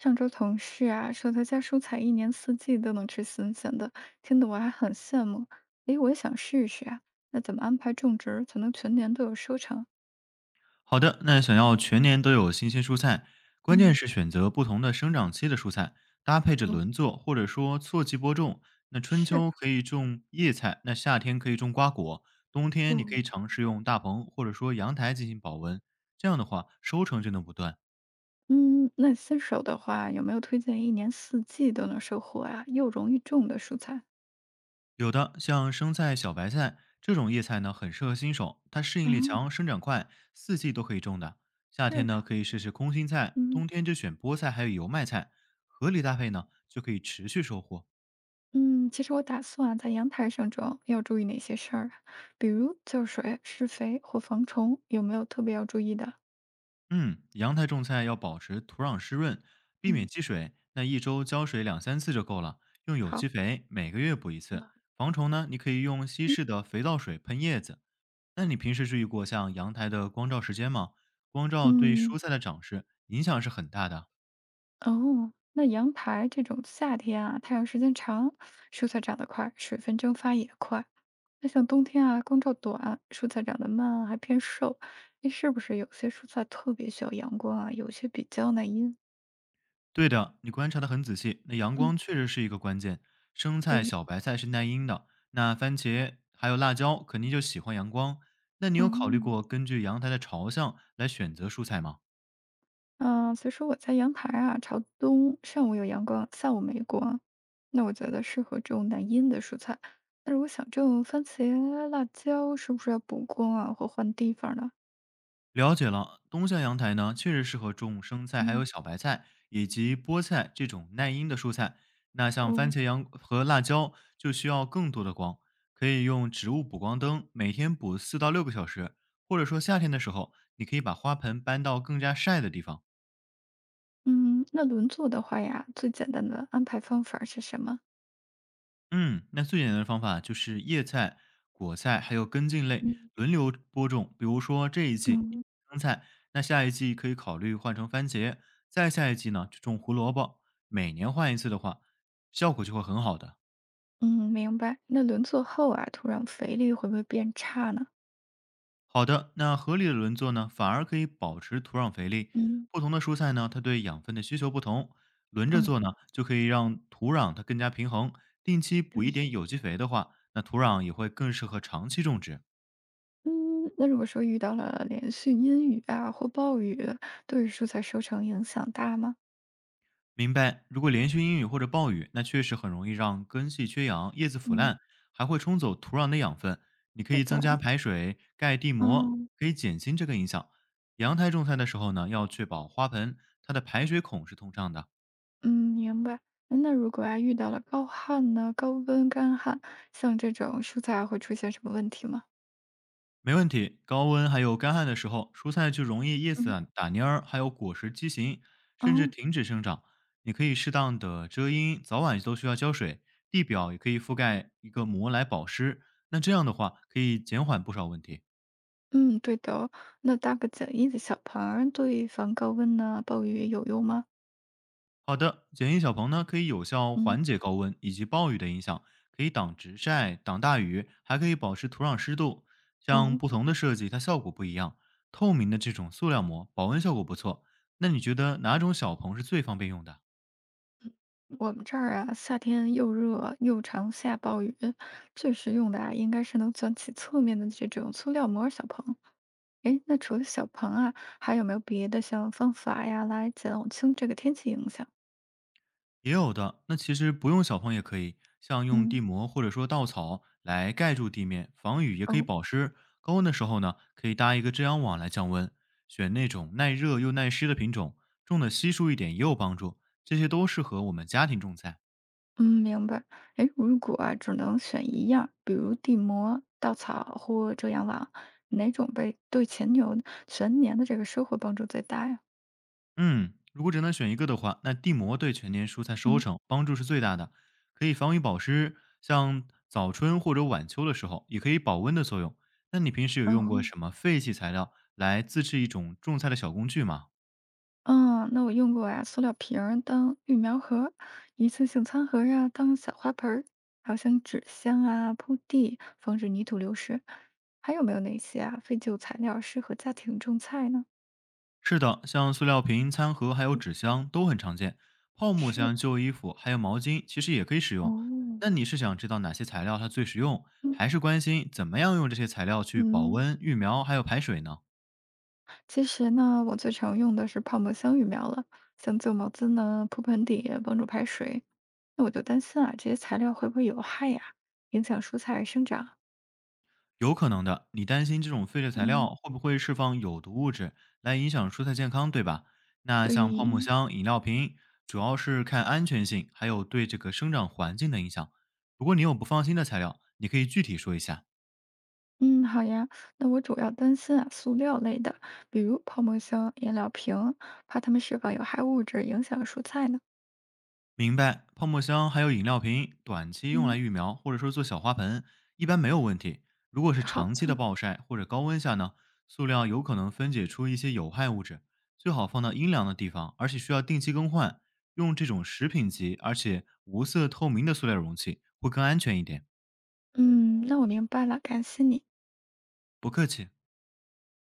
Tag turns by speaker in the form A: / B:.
A: 上周同事啊说他家蔬菜一年四季都能吃新鲜的，听得我还很羡慕。诶，我也想试试啊，那怎么安排种植才能全年都有收成？
B: 好的，那想要全年都有新鲜蔬菜，关键
A: 嗯，
B: 是选择不同的生长期的蔬菜，搭配着
A: 哦，
B: 轮作或者说错季播种。那春
A: 是
B: 秋可以种叶菜，那夏天可以种瓜果，冬天你可
A: 哦，
B: 以尝试用大棚或者说阳台进行保温，这样的话收成就能不断。
A: 嗯，那新手的话有没有推荐一年四季都能收获啊又容易种的蔬菜？
B: 有的像生菜、小白菜这种叶菜呢，很适合新手，它适
A: 哦，
B: 应力强，生长快，四季都可以种的。夏天
A: 是，
B: 呢，可以试试空心菜，
A: 嗯
B: 冬天就选菠菜还有油麦菜，合理搭配呢，就可以持续收获。
A: 嗯，其实我打算啊在阳台上种，要注意哪些事儿啊？比如浇水、施肥或防虫，有没有特别要注意的？
B: 嗯，阳台种菜要保持土壤湿润，避免
A: 嗯，
B: 积水，那一周浇水2-3次就够了。用有
A: 好，
B: 机肥每个月补一
A: 嗯。
B: 次，防虫呢，你可以用稀释的肥皂水喷叶子，那你平时注意过像阳台的光照时间吗？光照对
A: 嗯，
B: 蔬菜的长势影响是很大的。
A: 哦，那阳台这种夏天啊，太阳时间长，蔬菜长得快，水分蒸发也快。那像冬天啊，光照短，蔬菜长得慢，还偏瘦。那是不是有些蔬菜特别需要阳光啊？有些比较耐阴？
B: 对的，你观察的很仔细。那阳
A: 嗯，
B: 光确实是一个关键。生菜、
A: 对，
B: 小白菜是耐阴的，那番茄还有辣椒肯定就喜欢阳光。那你有考虑
A: 嗯
B: 过根据阳台的朝向来选择蔬菜吗？
A: 啊。所以说我在阳台啊，朝东，上午有阳光，下午没光。那我觉得适合种耐阴的蔬菜。那如果想种番茄、辣椒，是不是要补光啊，或换地方呢？
B: 了解了，东向阳台呢，确实适合种生菜，还
A: 嗯。
B: 有小白菜以及菠菜这种耐阴的蔬菜。那像番
A: 哦，
B: 茄、洋和辣椒就需要更多的光，可以用植物补光灯，每天补4到6个小时。或者说夏天的时候，你可以把花盆搬到更加晒的地方，
A: 嗯，那轮作的话呀，最简单的安排方法是什么？
B: 嗯，那最简单的方法就是叶菜、果菜还有根茎类
A: 嗯，
B: 轮流播种。比如说这一季
A: 嗯
B: 生菜，那下一季可以考虑换成番茄，再下一季呢就种胡萝卜。每年换一次的话，效果就会很好的。
A: 嗯，明白。那轮作后啊，土壤肥力会不会变差呢？
B: 好的，那合理的轮作呢，反而可以保持土壤肥力。
A: 嗯，
B: 不同的蔬菜呢，它对养分的需求不同，轮着
A: 嗯
B: 做呢，就可以让土壤它更加平衡。定期补
A: 对，
B: 一点有机肥的话，那土壤也会更适合长期种植。
A: 嗯，那如果说遇到了连续阴雨啊或暴雨，对于蔬菜收成影响大吗？
B: 明白。如果连续阴雨或者暴雨，那确实很容易让根系缺氧、叶子腐
A: 嗯
B: 烂，还会冲走土壤的养分。你可
A: 是
B: 以增加
A: 的，
B: 排水、盖地膜，
A: 嗯
B: 可以减轻这个影响。阳台种菜的时候呢，要确保花盆它的排水孔是通畅的，
A: 嗯，明白。那如果啊遇到了高旱呢、高温干旱，像这种蔬菜会出现什么问题吗？
B: 没问题。高温还有干旱的时候，蔬菜就容易叶子
A: 嗯。
B: 打蔫儿，还有果实畸形，甚至
A: 嗯。
B: 停止生长。你可以适当的遮阴，早晚都需要浇水。地表也可以覆盖一个膜来保湿，那这样的话可以减缓不少问题。
A: 嗯，对的哦。那搭个简易的小棚儿对防高温呐、暴雨有用吗？
B: 好的，简易小棚呢可以有效
A: 嗯，
B: 缓解高温以及暴雨的影响，可以挡直晒、挡大雨，还可以保持土壤湿度。像
A: 哦，
B: 不同的设计，它效果不一样。透明的这种塑料膜保温效果不错。那你觉得哪种小棚是最方便用的？
A: 我们这儿啊，夏天又热又常下暴雨，最实用的啊，应该是能卷起侧面的这种塑料膜小棚。诶，那除了小棚啊，还有没有别的像方法呀，来减轻这个天气影响？
B: 也有的，那其实不用小棚也可以，像用
A: 嗯，
B: 地膜或者说稻草来盖住地面，防雨也可以
A: 哦。
B: 保湿。高温的时候呢，可以搭一个遮阳网来降温，选那种耐热又耐湿的品种，种的稀疏一点也有帮助。这些都适合我们家庭种菜。
A: 嗯，明白。哎，如果啊，只能选一样，比如地膜、稻草或遮阳网，哪种被对前牛全年的这个收获帮助最大呀？
B: 嗯，如果只能选一个的话，那地膜对全年蔬菜收
A: 嗯
B: 成帮助是最大的，可以防雨保湿，像早春或者晚秋的时候，也可以保温的作用。那你平时有用过
A: 哦，
B: 什么废弃材料来自制一种种菜的小工具吗？
A: 嗯，那我用过呀，塑料瓶儿当育苗盒，一次性餐盒呀当小花盆儿，还有像纸箱啊铺地，防止泥土流失。还有没有哪些啊废旧材料适合家庭种菜呢？
B: 是的，像塑料瓶、餐盒还有纸箱都很常见，泡沫
A: 是
B: 箱、旧衣服还有毛巾其实也可以使
A: 哦。
B: 用。那你是想知道哪些材料它最实用，
A: 嗯
B: 还是关心怎么样用这些材料去保
A: 嗯。
B: 温、育苗还有排水呢？
A: 其实呢，我最常用的是泡沫箱育苗了，像旧毛巾呢铺盆底帮助排水。那我就担心啊，这些材料会不会有害呀、影响蔬菜生长？
B: 有可能的，你担心这种废料材
A: 嗯，
B: 料会不会释放有毒物质来影响蔬菜健康，对吧？那
A: 对
B: 像泡沫
A: 于，
B: 箱、饮料瓶，主要是看安全性，还有对这个生长环境的影响。如果你有不放心的材料，你可以具体说一下。
A: 嗯，好呀。那我主要担心啊，塑料类的，比如泡沫箱、饮料瓶，怕它们释放有害物质影响蔬菜呢。
B: 明白，泡沫箱还有饮料瓶，短期用
A: 嗯，
B: 来育苗或者说做小花盆，一般没有问题。如果是
A: 好
B: 长期的
A: 的，
B: 暴晒或者高温下呢，塑料有可能分解出一些有害物质，最好放到阴凉的地方，而且需要定期更换。用这种食品级而且无色透明的塑料容器会更安全一点。
A: 嗯，那我明白了，感谢你。
B: 不客气。